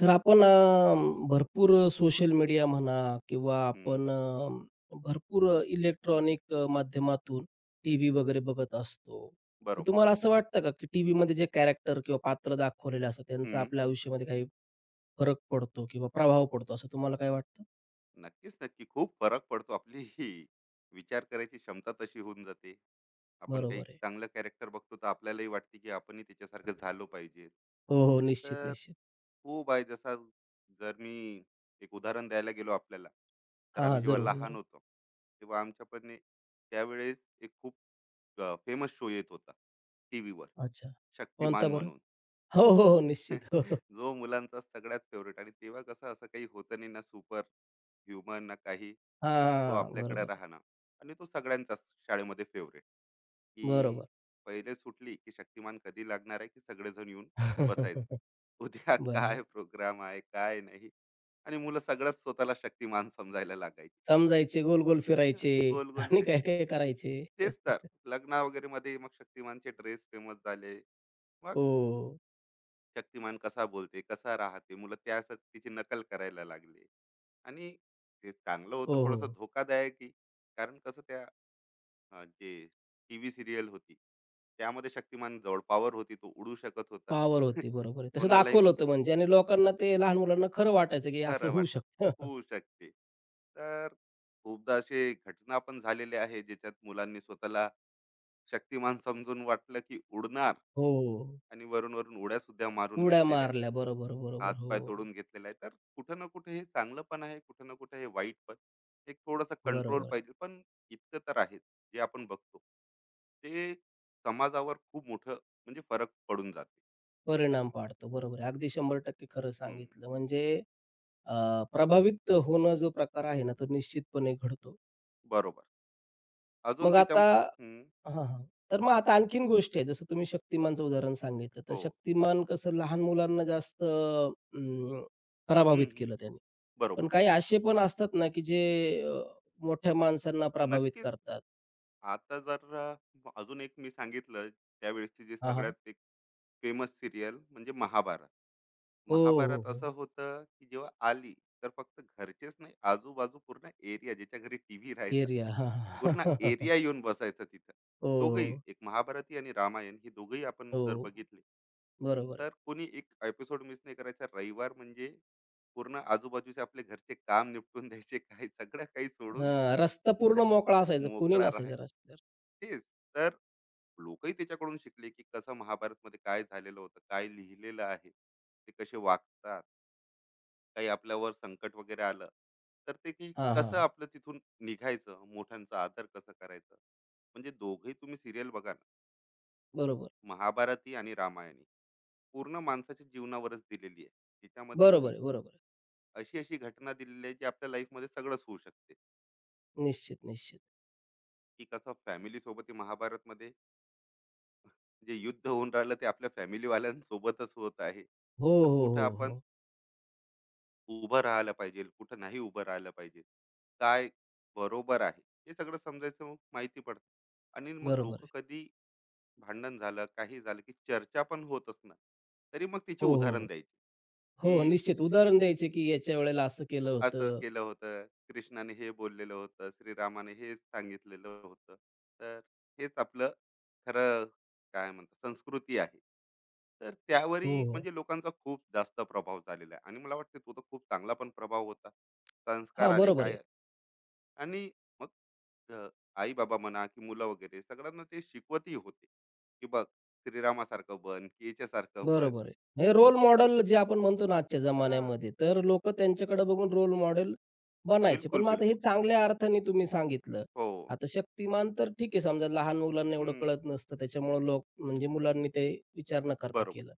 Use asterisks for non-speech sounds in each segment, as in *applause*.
तर आपण भरपूर सोशल मीडिया म्हणा किंवा हं, आपण भरपूर इलेक्ट्रॉनिक माध्यमातून टीव्ही वगैरे बघत असतो. तर बरोबर. तुम्हाला असं वाटतं का, की टीव्हीमध्ये जे कॅरेक्टर किंवा पात्र दाखवलेले असतात, त्यांचा हं. आपल्या आयुष्यामध्ये काही फरक पडतो किंवा प्रभाव पडतो, असं तुम्हाला काय वाटतं? नक्कीच, नक्की. खूप फरक पडतो. आपली ही विचार करायची क्षमता तशी होऊन जाते. आपण काही बरोबर आहे. चांगलं कॅरेक्टर बघतो, तर आपल्यालाही वाटते, की आपणही त्याच्यासारखं झालो पाहिजे. हो, हो. निश्चित, तर निश्चित. खूप आहे. जसा जर मी एक उदाहरण द्यायला गेलो आपल्याला, तर हां, आम्ही हां. जेव्हा जरूर, लहान जरूर. होतो, तेव्हा आमच्या पण एक, त्यावेळेस एक खूप फेमस शो येत होता टीव्हीवर, अच्छा. कोणता शक्तिमान बरं? म्हणून. हो, हो, हो. निश्चित. हो, हो. जो मुलांचा सगळ्यात फेवरेट, आणि तेव्हा कसं असं काही होतं नाही ना, सुपर ह्युमन ना काही, हां, हां, जो हां. आपल्याकडे बरोबर आहे. राहणार. आणि तो सगळ्यांचाच शाळेमध्ये फेवरेट, की बरोबर. पहिले सुटली की शक्तिमान कधी लागणार आहे, की सगळेजण येऊन बसायचं. *laughs* उद्या *laughs* बरोबर. काय प्रोग्राम आहे, काय नाही. आणि मुलं सगळंच स्वतःला शक्तिमान समजायला लागायची. समजायचे, गोल-गोल हा, फिरायचे गोल गोल आणि फिर. काय-काय करायचे. तेच तर. लग्न वगैरे मध्ये मग शक्तिमानचे ड्रेस फेमस झाले. हो, शक्तिमान कसा बोलते, कसा राहते, मुलं त्या तिची नकल करायला लागले. आणि ते चांगलं होतं, हो, थोडंसं हो. धोकादायकही. कारण कसं त्या जे TV सिरियल होती, त्यामध्ये शक्तिमान जवळपावर होती, तो उडू शकत होता. पॉवर होती. *laughs* बरोबर आहे. तसं कोणालाही दाखवलं होतं म्हणजे आणि लोकांना ते लहान मुलांना खरं वाटायचं, की असं खरं होऊ वाट, शकतं. *laughs* होऊ शकते, तर खूपदा असे घटना पण झालेले आहे, ज्याच्यात मुलांनी स्वतःला शक्तिमान समजून वाटलं की उडणार. हो. आणि वरून वरून उड्या सुद्धा मारून उड्या घेतलेल्या आहे. मारल्या. बरोबर, हात बरोबर. पाय हो. तोडून घेतलेला आहे. तर कुठं ना कुठे हे चांगलं पण आहे, कुठं ना कुठे हे वाईट पण. एक थोडासा कंट्रोल बरोबर आहे. पाहिजे पण. इतकं तर आहेच, जे आपण बघतो, ते समाजावर खूप मोठं, म्हणजे फरक पडून जाते. परिणाम पाडतो. बरोबर आहे. अगदी 100% खरं हम्म, सांगितलं. म्हणजे अ, प्रभावित होणं जो प्रकार आहे ना, तो निश्चितपणे घडतो. बरोबर. अजून मग त्याच्या आता हम्म. हां, हां. तर मग आता आणखीन गोष्टी आहेत. जसं तुम्ही शक्तिमानचं उदाहरण सांगितलं. तर हो. शक्तिमान कसं लहान मुलांना जास्त हम्म, प्रभावित हम्म, केलं त्याने. पण बरोबर. काही असे पण असतात ना, की जे अ, मोठ्या माणसांना प्रभावित नक्कीच. करतात. आता जर अजून एक मी सांगितलं, त्यावेळेसची जे हां, हां. सगळ्यात एक फेमस सिरियल म्हणजे महाभारत. हो, हो, महाभारत असं हो. होतं, की जेव्हा आली, तर फक्त घरचेच नाही, आजूबाजू पूर्ण एरिया, ज्याच्या घरी टीव्ही राहायचा, एरिया. हां, हां. पूर्ण *laughs* एरिया येऊन बसायचा तिथं. दोघही हो, एक, महाभारती आणि रामायण, हे दोघही आपण हो. जर बघितले, बरोबर आहे. तर कोणी एक एपिसोड मिस नाही करायचा. रविवार म्हणजे पूर्ण आजूबाजूचे आपले घरचे काम निपटून द्यायचे, काही सगळं काही सोडून, हां, रस्ता पूर्ण मोकळा असायचा. कोणी मोकळा नसायचं राहायचा. रस्त्यावर. तेच तर, लोकही त्याच्याकडून शिकले, की कसं महाभारत मध्ये काय झालेलं होतं, काय लिहिलेलं आहे, ते कसे वागतात. काही आपल्यावर संकट वगैरे आलं, तर ते, की हां, कसं हां. आपलं तिथून निघायचं, मोठ्यांचा आदर कसं करायचं. म्हणजे दोघही तुम्ही सिरियल बघा ना, बरोबर. महाभारती आणि रामायणी, पूर्ण माणसाच्या जीवनावरच दिलेली आहे. त्याच्यामध्ये बरोबर आहे, बरोबर आहे. अशी अशी घटना दिलेली आहे, जी आपल्या लाईफमध्ये सगळंच होऊ शकते. निश्चित, निश्चित. की कसं फॅमिली सोबत महाभारत मध्ये जे युद्ध होऊन राहिलं, ते आपल्या फॅमिलीवाल्यांसोबतच होत आहे. हो, तर हो, कुठं हो, आपण हो. उभं राहायला पाहिजे, कुठं नाही उभं राहायला पाहिजे. काय बरोबर आहे, हे सगळं समजायचं, मग माहिती पडतं. आणि मग बरोबर लोकं आहे. कधी भांडण झालं, काही झालं, की चर्चा पण होत असणार, तरी मग तिची हो, उदाहरण हो. द्यायची, हो, हो, की निश्चित उदाहरण द्यायचे, की याच्या वेळेला असं केलं असं होतं. केलं होतं, कृष्णाने हे बोललेलं होतं, श्रीरामाने हे सांगितलेलं होतं. तर हेच आपलं खरं, काय म्हणतात, संस्कृती आहे. तर हो, त्यावरही हो. म्हणजे लोकांचा खूप जास्त प्रभाव झालेला आहे, आणि मला वाटते तो तर खूप चांगला पण प्रभाव होता. संस्कार हां, आले, बरोबर काय आहे. आले. आणि मग अ, आई-बाबा म्हणा, की मुलं वगैरे, सगळ्यांना ते शिकवतही होते, की बघ, श्रीरामासारखं बन, की याच्यासारखं बन. बरोबर आहे. हे रोल मॉडेल जे आपण म्हणतो ना आजच्या हां, जमान्यामध्ये, तर लोकं त्यांच्याकडे बघून रोल मॉडेल बनायचे. पण बिलकुल, मग आता हे बिलकुल. चांगल्या अर्थाने तुम्ही सांगितलं. हो. आता शक्तिमान तर ठीक आहे समजा लहान मुलांना एवढं हं. कळत नसतं, त्याच्यामुळे लोक म्हणजे मुलांनी ते विचार न करता बरोबर. केलं.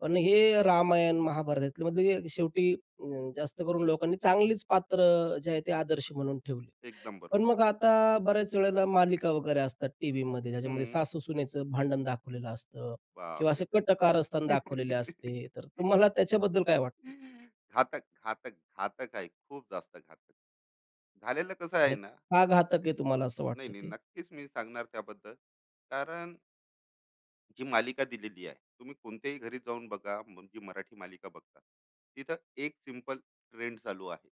पण हे रामायण, महाभारतातले म्हणजे शेवटी अ, जास्त करून लोकांनी चांगलीच पात्र जे आहे ते हम्म, आदर्श म्हणून ठेवली. एकदम बरोबर. पण मग आता बऱ्याच वेळेला मालिका वगैरे असतात टीव्हीमध्ये, ज्याच्यामध्ये हं. सासू-सुनेचं भांडण दाखवलेलं असतं किंवा बापरे! असे कट कारस्थान दाखवलेले *laughs* असते. तर तुम्हाला त्याच्याबद्दल काय वाटतं? घातक, घातक, घातक आहे. खूप जास्त घातक. झालेलं कसं आहे आणि ना. का घातक आहे तुम्हाला असं नाही, वाटतं नाही. ते? नक्कीच मी सांगणार त्याबद्दल. कारण जी मालिका दिलेली आहे, तुम्ही कोणत्याही घरी जाऊन बघा, जी मराठी मालिका बघता. तिथं एक सिम्पल ट्रेंड चालू आहे.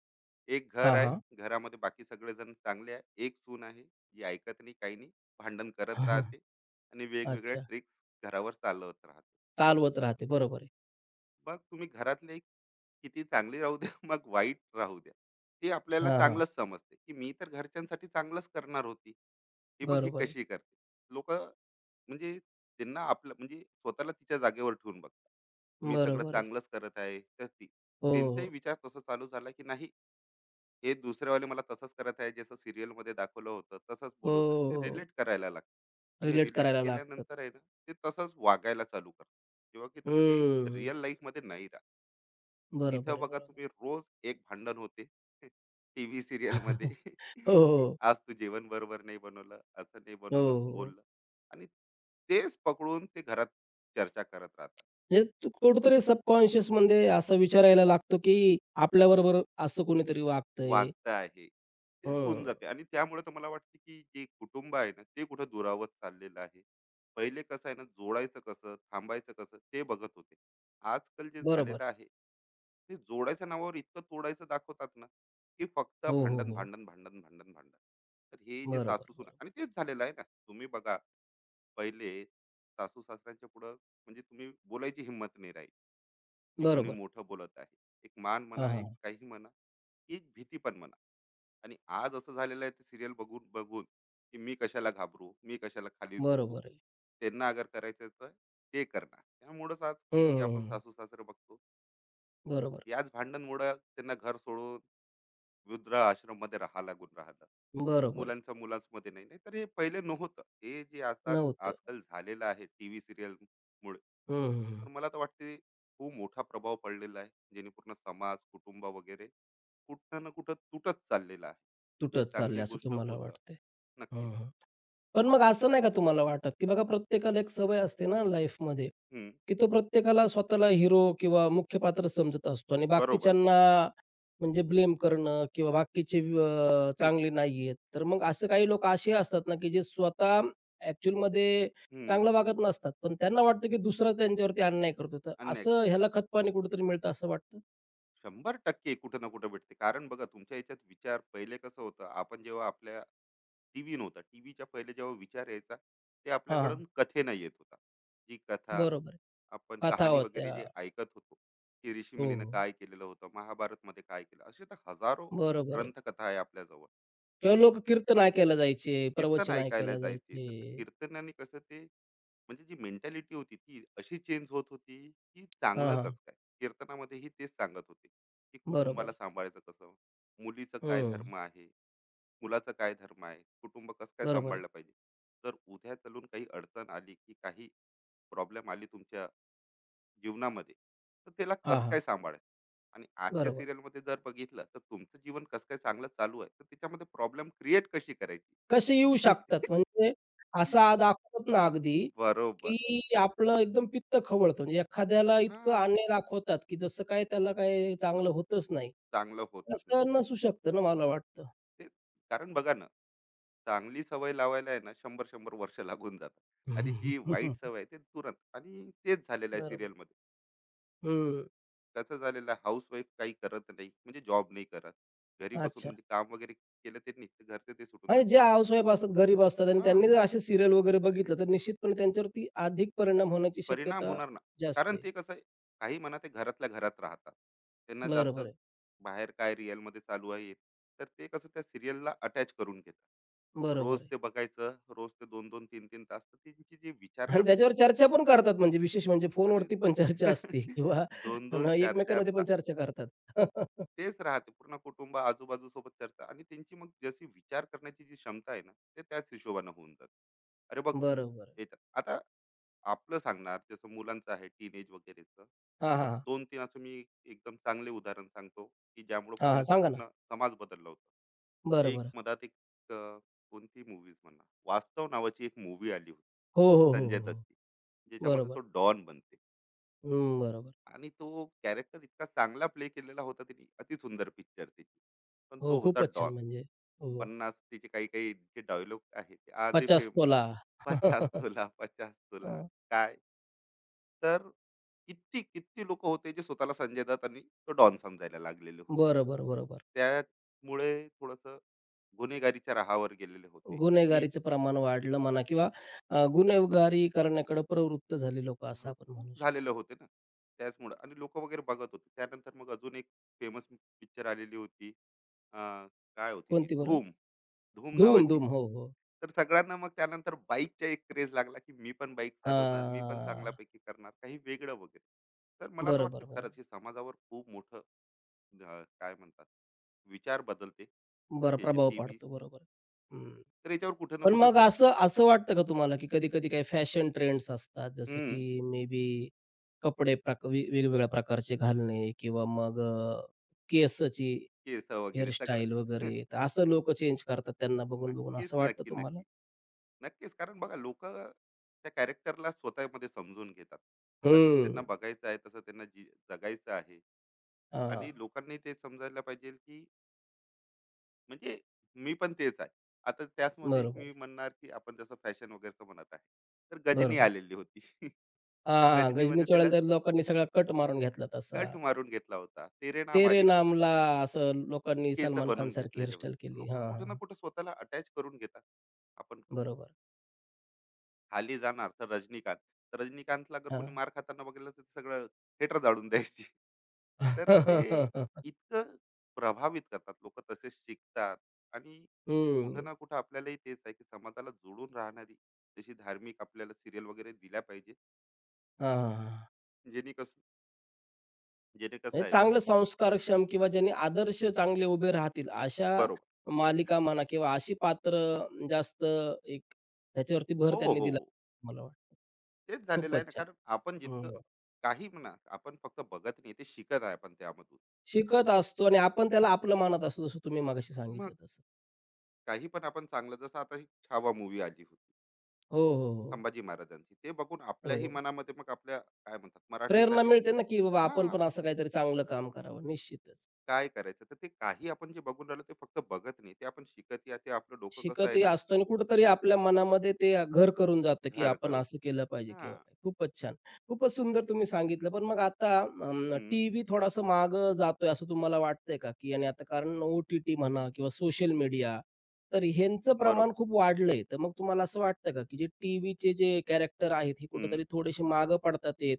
एक घर हां, आहे, हां. घरामध्ये बाकी सगळेजण चांगले आहे. एक सून आहे, जी ऐकत नाही, काही नाही. भांडण करत *laughs* राहते, आणि वेगवेगळ्या अच्छा. ट्रिक्स घरावर चालवत राहते. चालवत राहते. बरोबर आहे. मग तुम्ही घरातले किती चांगले राहू द्या, *laughs* मग वाईट राहू द्या, ते आपल्याला हां, हां. चांगलंच समजते, की मी तर घरच्यांसाठी चांगलंच करणार होती. हे बघ, ही बरोबर आहे. कशी करते. लोक म्हणजे त्यांना आपलं, म्हणजे स्वतःला तिच्या जागेवर ठेवून बघतात. मी सगळं बरोबर आहे. चांगलंच करत आहे, तर ती. हो, त्यांचाही हो. विचार तसा चालू झाला की नाही, हे दुसरेवाले मला तसंच करत आहे, जसं सिरियल मध्ये दाखवलं होतं तसंच बोलवत आहे, ते हो. रिलेट करायला लागतं, आणि रिलेट रिलेट करायला लागतात. केल्यानंतर आहे ना, ते तसंच वागायला चालू करतं, किंवा की तसं काही हम्म. रिअल लाईफ मध्ये नाही राहत. तिथं बरोबर आहे, बघा बरोबर. तुम्ही, रोज एक भांडण होते *laughs* टीव्ही सिरियल मध्ये, *laughs* *laughs* की हो. आज तू जेवण बरोबर नाही बनवलं, असं नाही हो, बनवलं, हो. हो. बोललं, आणि तेच पकडून ते घरात चर्चा करत राहतात. म्हणजे कुठेतरी सबकॉन्शियस मध्ये असा विचार यायला लागतो, की आपल्याबरोबर असं कोणीतरी वागतंय. वागता आहे, तेच होऊन हं, जाते, आणि त्यामुळे तर मला वाटते, की जे कुटुंब आहे ना, ते कुठं दुरावत चाललेलं आहे. पहिले कसं आहे ना, जोडायचं कसं, थांबायचं कसं, ते बघत होते. आजकाल जे बरोबर झालेलं आहे. आहे, ते जोडायच्या नावावर इतकं तोडायचं दाखवतात ना, की फक्त हो, हो, भांडण, हो. भांडण, भांडण, भांडण, भांडण. तर हे जे बरोबर, सासू सुना, बरोबर. आणि तेच झालेलं आहे ना, तुम्ही बघा. पहिले सासू सासऱ्यांच्या पुढं म्हणजे तुम्ही बोलायची हिंमत नाही राहील, की कोणी बरोबर. मोठं बोलत आहे. एक मान हां, म्हणा, एक हां. काही म्हणा, एक भीती पण म्हणा. आणि आज असं झालेलं आहे, ते सिरियल बघून बघून, की मी कशाला घाबरू, मी कशाला खाली झुकू. बरोबर आहे. त्यांना अगर करायचं तर ते करणार. त्यामुळंच आज हं, किती हं, आपण हं. सासू सासरे बघतो, बरोबर, याच भांडणमुळं त्यांना घर सोडून वृद्ध आश्रममध्ये राहा लागून राहिलं. बरोबर आहे. मुलांचं मुलांमध्ये नाही, नाही, तर हे पहिले नव्हतं, हे जे आता नव्हतं. आजकाल झालेलं आहे टीव्ही सिरियल मुळे, हं, हं, हं. तर मला तर वाटते खूप मोठा प्रभाव पडलेला आहे, जेणे पूर्ण समाज, कुटुंब वगैरे कुठं ना कुठं तुटत चाललेला आहे, जी तुटत चाललंय चांगली असं गोष्ट तुम्हाला होतं. वाटतंय. नक्कीच. हं, पण मग असं नाही का तुम्हाला वाटत, की बघा प्रत्येकाला एक सवय असते ना लाईफमध्ये, हम्म. की तो प्रत्येकाला स्वतःला हिरो किंवा मुख्य पात्र समजत असतो आणि बरोबर. बाकीच्यांना म्हणजे ब्लेम करणं किंवा बाकीचे *laughs* चांगले नाहीयेत. तर मग असं काही लोक असे असतात ना, की जे स्वतः ॲक्चुअलमध्ये हम्म. चांगलं वागत नसतात, पण त्यांना वाटतं, की दुसरा त्यांच्यावरती अन्याय करतो. तर अन्याय का असं ह्याला खतपाणी कुठेतरी मिळतं असं वाटतं? 100% कुठं ना कुठं भेटते, कारण बघा तुमच्या याच्यात विचार पहिले कसं होतं. आपण जेव्हा आपल्या, टीव्ही नव्हता, टीव्हीच्या पहिले, जेव्हा विचार यायचा, ते हां, हां. आपल्याकडून कथेनं येत होता. जी कथा, बरोबर आहे. आपण कथा कहाणी होत्या. वगैरे जे ऐकत होतो, की हो, ऋषीमुनीनं हो. काय केलेलं होतं, महाभारतमध्ये काय केलं, असे तर हजारो बरोबर आहे. ग्रंथकथा आहे आपल्याजवळ. तेव्हा की लोक कीर्तन ऐकायला जायचे, कीर्तन प्रवचन ऐकायला ऐकायला जायचे, तर त्या जायचे. कीर्तनाने कसं ते, म्हणजे जी मेंटॅलिटी होती, ती अशी चेंज होत होती, की हां, चांगलं हां. कसं काय. कीर्तनामध्येही तेच सांगत होते, की बरोबर कुटुंबाला आहे. सांभाळायचं कसं, मुलीचं काय हं. धर्म आहे, मुलाचा काय धर्म आहे, कुटुंब कसं काय बरोबर आहे. सांभाळलं पाहिजे. तर उद्या चालून काही अडचण आली, की काही प्रॉब्लेम आली तुमच्या जीवनामध्ये, तर त्याला हां, कसं हां. काय सांभाळायचं. आणि आजच्या बरोबर. सिरियलमध्ये जर बघितलं, तर तुमचं जीवन कसं काय चांगलं चालू आहे, तर त्याच्यामध्ये प्रॉब्लेम क्रिएट कशी करायची. कसे येऊ शकतात म्हणजे असा *laughs* दाखवतात ना अगदी, बरोबर. की आपलं एकदम पित्त खवळतं. म्हणजे एखाद्याला हा, इतकं अन्याय दाखवतात, की जसं काय त्याला काही चांगलं होतच नाही. चांगलं होतच नाही तसं नसू शकतं ना मला वाटतं. ते. कारण बघा ना, चांगली सवय लावायला आहे ना, शंभर शंभर वर्ष लागून जातात, आणि जी वाईट *laughs* सवय आहे ते तुरंत, आणि तेच झालेलं आहे बरोबर. सिरियलमध्ये. हं. कसं झालेलं आहे, हाऊसवाईफ काही करत नाही, म्हणजे जॉब नाही करत, घरी बसून अच्छा. म्हणजे काम वगैरे केलं ते नाही, ते घरचे ते सुटून जात. आणि जे हाउसवाईफ असतात, गरीब असतात आणि हा, त्यांनी जर असे सीरियल वगैरे बघितलं, तर निश्चितपणे त्यांच्यावरती अधिक परिणाम होण्याची परिणाम शक्यता होणार ना, जास्त कारण आहे. ते कसं आहे, काही म्हणा ते घरातल्या घरात राहतात, त्यांना जास्त बरोबर आहे, बाहेर काय रिअल मध्ये चालू आहे. तर ते कसं त्या सिरियलला अटॅच करून घेतात, रोज बरोबर आहे. ते बघायचं, रोज ते दोन दोन तीन तीन तास, तर त्यांची जी विचार आणि करण्याची. त्याच्यावर चर्चा पण करतात म्हणजे विशेष म्हणजे अरे, फोनवरती पण चर्चा असते *laughs* किंवा दोन न दोन चार चार एकमेकांमध्ये पण तास. चर्चा करतात. *laughs* तेच राहते, पूर्ण कुटुंब आजूबाजूसोबत चर्चा, आणि त्यांची मग जशी विचार करण्याची जी क्षमता आहे ना, ते त्याच हिशोबानं होऊन जाते. अरे बघ, बरोबर. याच्यात आता आपलं सांगणार, जसं मुलांचं आहे, टीनेज वगैरेचं. हां, हां, हां. दोन तीन असं मी एकदम चांगले उदाहरण सांगतो, की ज्यामुळे हां, हां. पूर्णचं सांगा ना. पूर्ण समाज बदलला होता, बरं, एक बरं. मधात एक. अं, कोणती मूवीज म्हणा, वास्तव नावाची एक मूवी आली हो, हो, होती हो, संजय हो, हो. दत्तची, ज्याच्यामध्ये बरोबर. तो डॉन बनते. हं, बरोबर. आणि तो कॅरेक्टर इतका चांगला प्ले केलेला होता त्यांनी, अतिसुंदर पिक्चर त्याची, पण हो, तो होता खूपच छान डॉन. म्हणजे. हो, 50 त्याचे काही काही जे डायलॉग आहे, ते आजही 50 फेम. तोला. पचास *laughs* हां. तोला, पचास तोला, काय. तर किती किती लोक होते, जे स्वतःला संजय दत्त आणि तो डॉन समजायला लागलेले होते, बरोबर, बरोबर. त्यामुळे थोडस गुन्हेगारीच्या राहावर गेलेले होते. मी. गुन्हेगारीचं प्रमाण वाढलं म्हणा किंवा गुन्हेगारी करण्याकडे प्रवृत्त झाली लोक असं हो, आपण खूप म्हणू शकतो. झालेलं होते ना त्याचमुळं, आणि लोक वगैरे बघत होते. त्यानंतर मग अजून एक फेमस पिक्चर आलेली होती. अं, काय होती ती, कोणती बरं? धूम, धूम धूम, नावाची. धूम. हो, हो. तर सगळ्यांना मग त्यानंतर बाईकचा एक क्रेज लागला, की मी पण बाईक चालवणार, मी पण हां. चांगल्यापैकी करणार काही वेगळं वगैरे. तर मला तर बरोबर, वाटतं बरोबर. खरंच, हे समाजावर खूप मोठं काय म्हणतात, विचार बदलते, बरं हे जे प्रभाव टीव्ही. पाडतो. बरोबर. हं. तर याच्यावर कुठं ना पण कुठं मग असं असं वाटतं का तुम्हाला, की कधी-कधी काही फॅशन ट्रेंड्स असतात जसं हम्म. की मे बी कपडे प्रक वे वेगवेगळ्या प्रकारचे घालणे किंवा मग केसाची केस वगैरे हेअरस्टाईल सगळं. वगैरे *laughs* तर असं लोकं चेंज करतात त्यांना बघून-बघून नक्कीच, असं वाटतं नक्की, तुम्हाला? नक्की. नक्कीच, कारण बघा लोकं त्या कॅरेक्टरला स्वतःमध्ये समजून घेतात. तसंच हं. त्यांना बघायचं आहे, तसं त्यांना जी जगायचं आहे. हां. आणि लोकांनी ते समजायला पाहिजे, की म्हणजे मी पण तेच आहे. आता त्याचमध्ये एक मी बरोबर म्हणणार, की आपण जसं फॅशन वगैरेचं म्हणत आहे. तर गजनी बरोबर. आलेली होती. *laughs* त्या हां, गजनीमध्ये गजनीच्या त्याला वेळेला तर लोकांनी सगळा कट मारून घेतला तसा. कट मारून घेतला होता. तेरे नाम 'तेरे आली, नाम'ला असं लोकांनी केस सलमान बनवून खानसारखी घेतलेले हेअरस्टाईल होते. केली. लोकं हां, हां, कुठे ना हां. कुठे स्वतःला अटॅच करून घेतात. आपण बरोबर. खाली जाणार तर रजनीकांत. तर रजनीकांतला जर कोणी हां. मार खाताना बघितलं, तर सगळं थिएटर जाळून *laughs* द्यायची. तर ते *laughs* इतकं प्रभावित करतात. लोकं तसे शिकतात. आणि कुठं हं. ना कुठं आपल्यालाही तेच आहे, की समाजाला जोडून राहणारी तशी धार्मिक आपल्याला सीरियल वगैरे दिल्या पाहिजे. हां, हां, हां. *laughs* जेणे कसं, जेणे कसं म्हणजे आहे ना. चांगलं संस्कारक्षम किंवा ज्यांनी आदर्श चांगले उभे राहतील अशा बरोबर. मालिका म्हणा किंवा अशी पात्र जास्त एक त्याच्यावरती भर हो, हो. त्यांनी दिला हो. मला वाटतं. तेच झालेलं खूपच आहे ना, छान. कारण आपण जितकं हं. काही म्हणा, आपण फक्त बघत नाही, ते शिकत आहे आपण त्यामधून. शिकत असतो आणि आपण त्याला आपलं मानत असतो जसं तुम्ही मगाशी मग सांगितलं तसं. काही पण आपण चांगलं, जसं आता ही छावा मूव्ही आली होती. हो, हो, हो. संभाजी महाराजांची, ते बघून आपल्याही हो. मनामध्ये, मग आपल्या काय म्हणतात, प्रेरणा मराठीसाठी. मिळते ना, की बाबा हा, आपण पण असं काहीतरी चांगलं काम करावं. निश्चितच. काय करायचं तर ते, काही आपण जे बघून राहिलो, ते फक्त बघत नाही, ते आपण शिकत या, ते आपलं डोकं कसं आहे शिकतही ना. असतो आणि कुठेतरी आपल्या मनामध्ये ते घर करून जातं, की घर आपण करून, असं केलं पाहिजे हा. किंवा काय. खूपच छान. खूपच सुंदर तुम्ही सांगितलं. पण मग आता हम्म, टीव्ही थोडासा मागं जातोय असं तुम्हाला वाटतंय का? की आणि आता कारण ओ-टी-टी म्हणा किंवा सोशल मीडिया तर ह्यांचं प्रमाण बरोबर. खूप वाढलंय. तर मग तुम्हाला असं वाटतं का, की जे टीव्हीचे जे कॅरेक्टर आहेत, हे हम्म, कुठेतरी थोडेसे मागं पडतात आहेत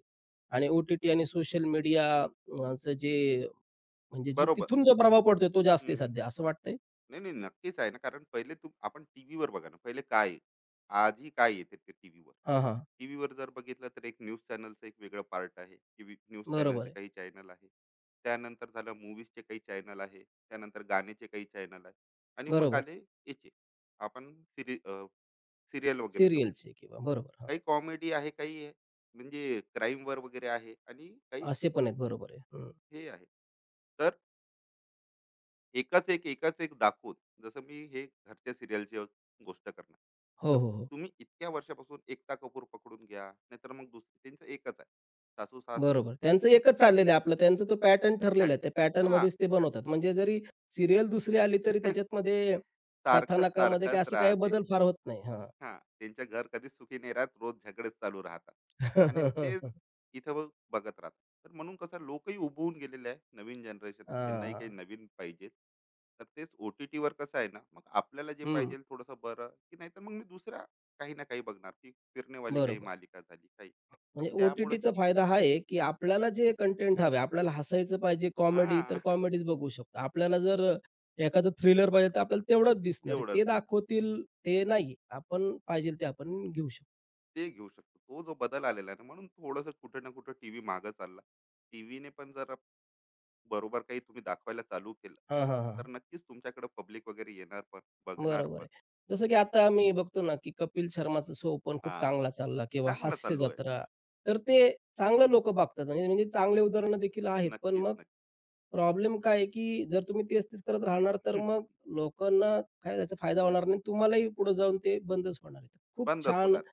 आणि ओ-टी-टी आणि सोशल मीडिया चं जे म्हणजे जी बरोबर. तिथून जो प्रभाव पडतोय तो जास्त आहे हम्म. सध्या असं वाटतंय? नाही, नाही, नक्कीच आहे ना, कारण पहिले आपण टीव्हीवर बघा ना, पहिले काय आहे, आधी काय येते ते टीव्हीवर. हां, हां. टीव्हीवर जर बघितलं, तर एक न्यूज चॅनलचं एक वेगळं पार्ट आहे, की न्यूज बरोबर चॅनलचे आहे. काही चॅनल आहे, त्यानंतर झालं मूवीजचे काही चॅनल आहे, त्यानंतर गाण्याचे काही चॅनल आहे. आणि मग बरोबर. आले याचे, आपण सिरियल वगैरेचं बघू, सीरियलचे किंवा बरोबर हां. काही कॉमेडी आहे, काही म्हणजे क्राईमवर वगैरे आहे, आणि काही असे पण आहेत बरोबर आहे. हं. हे आहे. तर एकाच एक, एकाच एक दाखवून, जसं मी हे घरच्या सिरियलची गोष्ट करणार, तर हो, हो, हो. तुम्ही इतक्या वर्षापासून एकता कपूर पकडून घ्या, नाहीतर मग दुसरी, त्यांचं एकच आहे, सासू सास बरोबर. त्यांचं एकच चाललेलं आहे आपलं त्यांचा तो पॅटर्न ठरलेला भांड. आहे. त्या हा, पॅटर्नमध्येच ते बनवतात. म्हणजे जरी सीरियल दुसरी आली तरी *laughs* त्याच्यामध्ये सारखंच कथानकामध्ये काही सारखंच असं काही राहते. बदल फार होत नाही. हां. हा, त्यांच्या घर कधीच सुखी नाही राहत, रोज झगडेच चालू राहतात. आणि तेच इथं बघत राहतात. तर म्हणून कसं लोकही उभवून गेलेले आहे, नवीन जनरेशन आहे, त्यांनाही काही हां. नवीन पाहिजे. तर तेच OTTवर कसं आहे ना, मग आपल्याला जे हं. पाहिजे *laughs* थोडंसं बरं, की नाहीतर मग मी दुसऱ्या काही ना काही बघणार, की फिरणेवाली काही बरोबर. मालिका झाली, काही. तर म्हणजे त्यामुळे ओ-टी-टीचा फायदा हा आहे, की आपल्याला जे कंटेंट हवे, आपल्याला हसायचं पाहिजे कॉमेडी तर हा. *laughs* कॉमेडीज बघू शकतो. आपल्याला जर एखादं थ्रिलर पाहिजे तर आपल्याला तेवढंच दिसणार आहे. तेवढंच ते दिसत, दाखवतील ते नाही. आपण पाहिजे ते आपण घेऊ शकतो. ते घेऊ शकतो, तो जो बदल आलेला आहे ना, म्हणून थोडंसं कुठे ना कुठं टीव्ही मागं चालला. टीव्हीने पण जर बरोबर काही तुम्ही दाखवायला चालू केलं, हां, हां, हां. तर नक्कीच तुमच्याकडे पब्लिक वगैरे येणार पण, बघणार बरोबर पण. आहे. जसं की तर आता आम्ही बघतो ना, की कपिल शर्माचा शो पण हा, खूप चांगला चालला किंवा चांगलं हास्य चालू आहे. जत्रा. तर ते चांगलं लोकं बघतात म्हणजे म्हणजे चांगले उदाहरणं देखील आहेत. पण नक्कीच, मग नक्की. प्रॉब्लेम काय आहे, की जर तुम्ही तेच-तेच करत राहणार, तर मग *laughs* लोकांना काय त्याचा फायदा होणार नाही. तुम्हालाही पुढे जाऊन ते बंदच होणार आहे. तर खूप बंदच छान होणार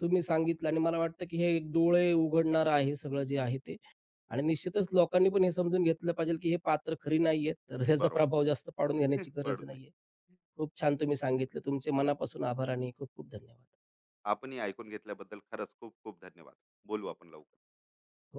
तुम्ही सांगितलं आणि मला वाटतं, की हे एक डोळे उघडणारं आहे सगळं जे आहे ते आहे. आणि हम्म, निश्चितच लोकांनी पण हे समजून घेतलं पाहिजे, की हे पात्र खरी नाहीयेत. तर त्याचा बरोबर. प्रभाव जास्त पाडून घेण्याची *laughs* गरज पडू नये. नाहीये. खूप छान तुम्ही सांगितलं. तुमचे मनापासून आभार आणि खूप खूप धन्यवाद. आपणही ऐकून घेतल्याबद्दल खरंच खूप खूप धन्यवाद. बोलू आपण लवकर. हो.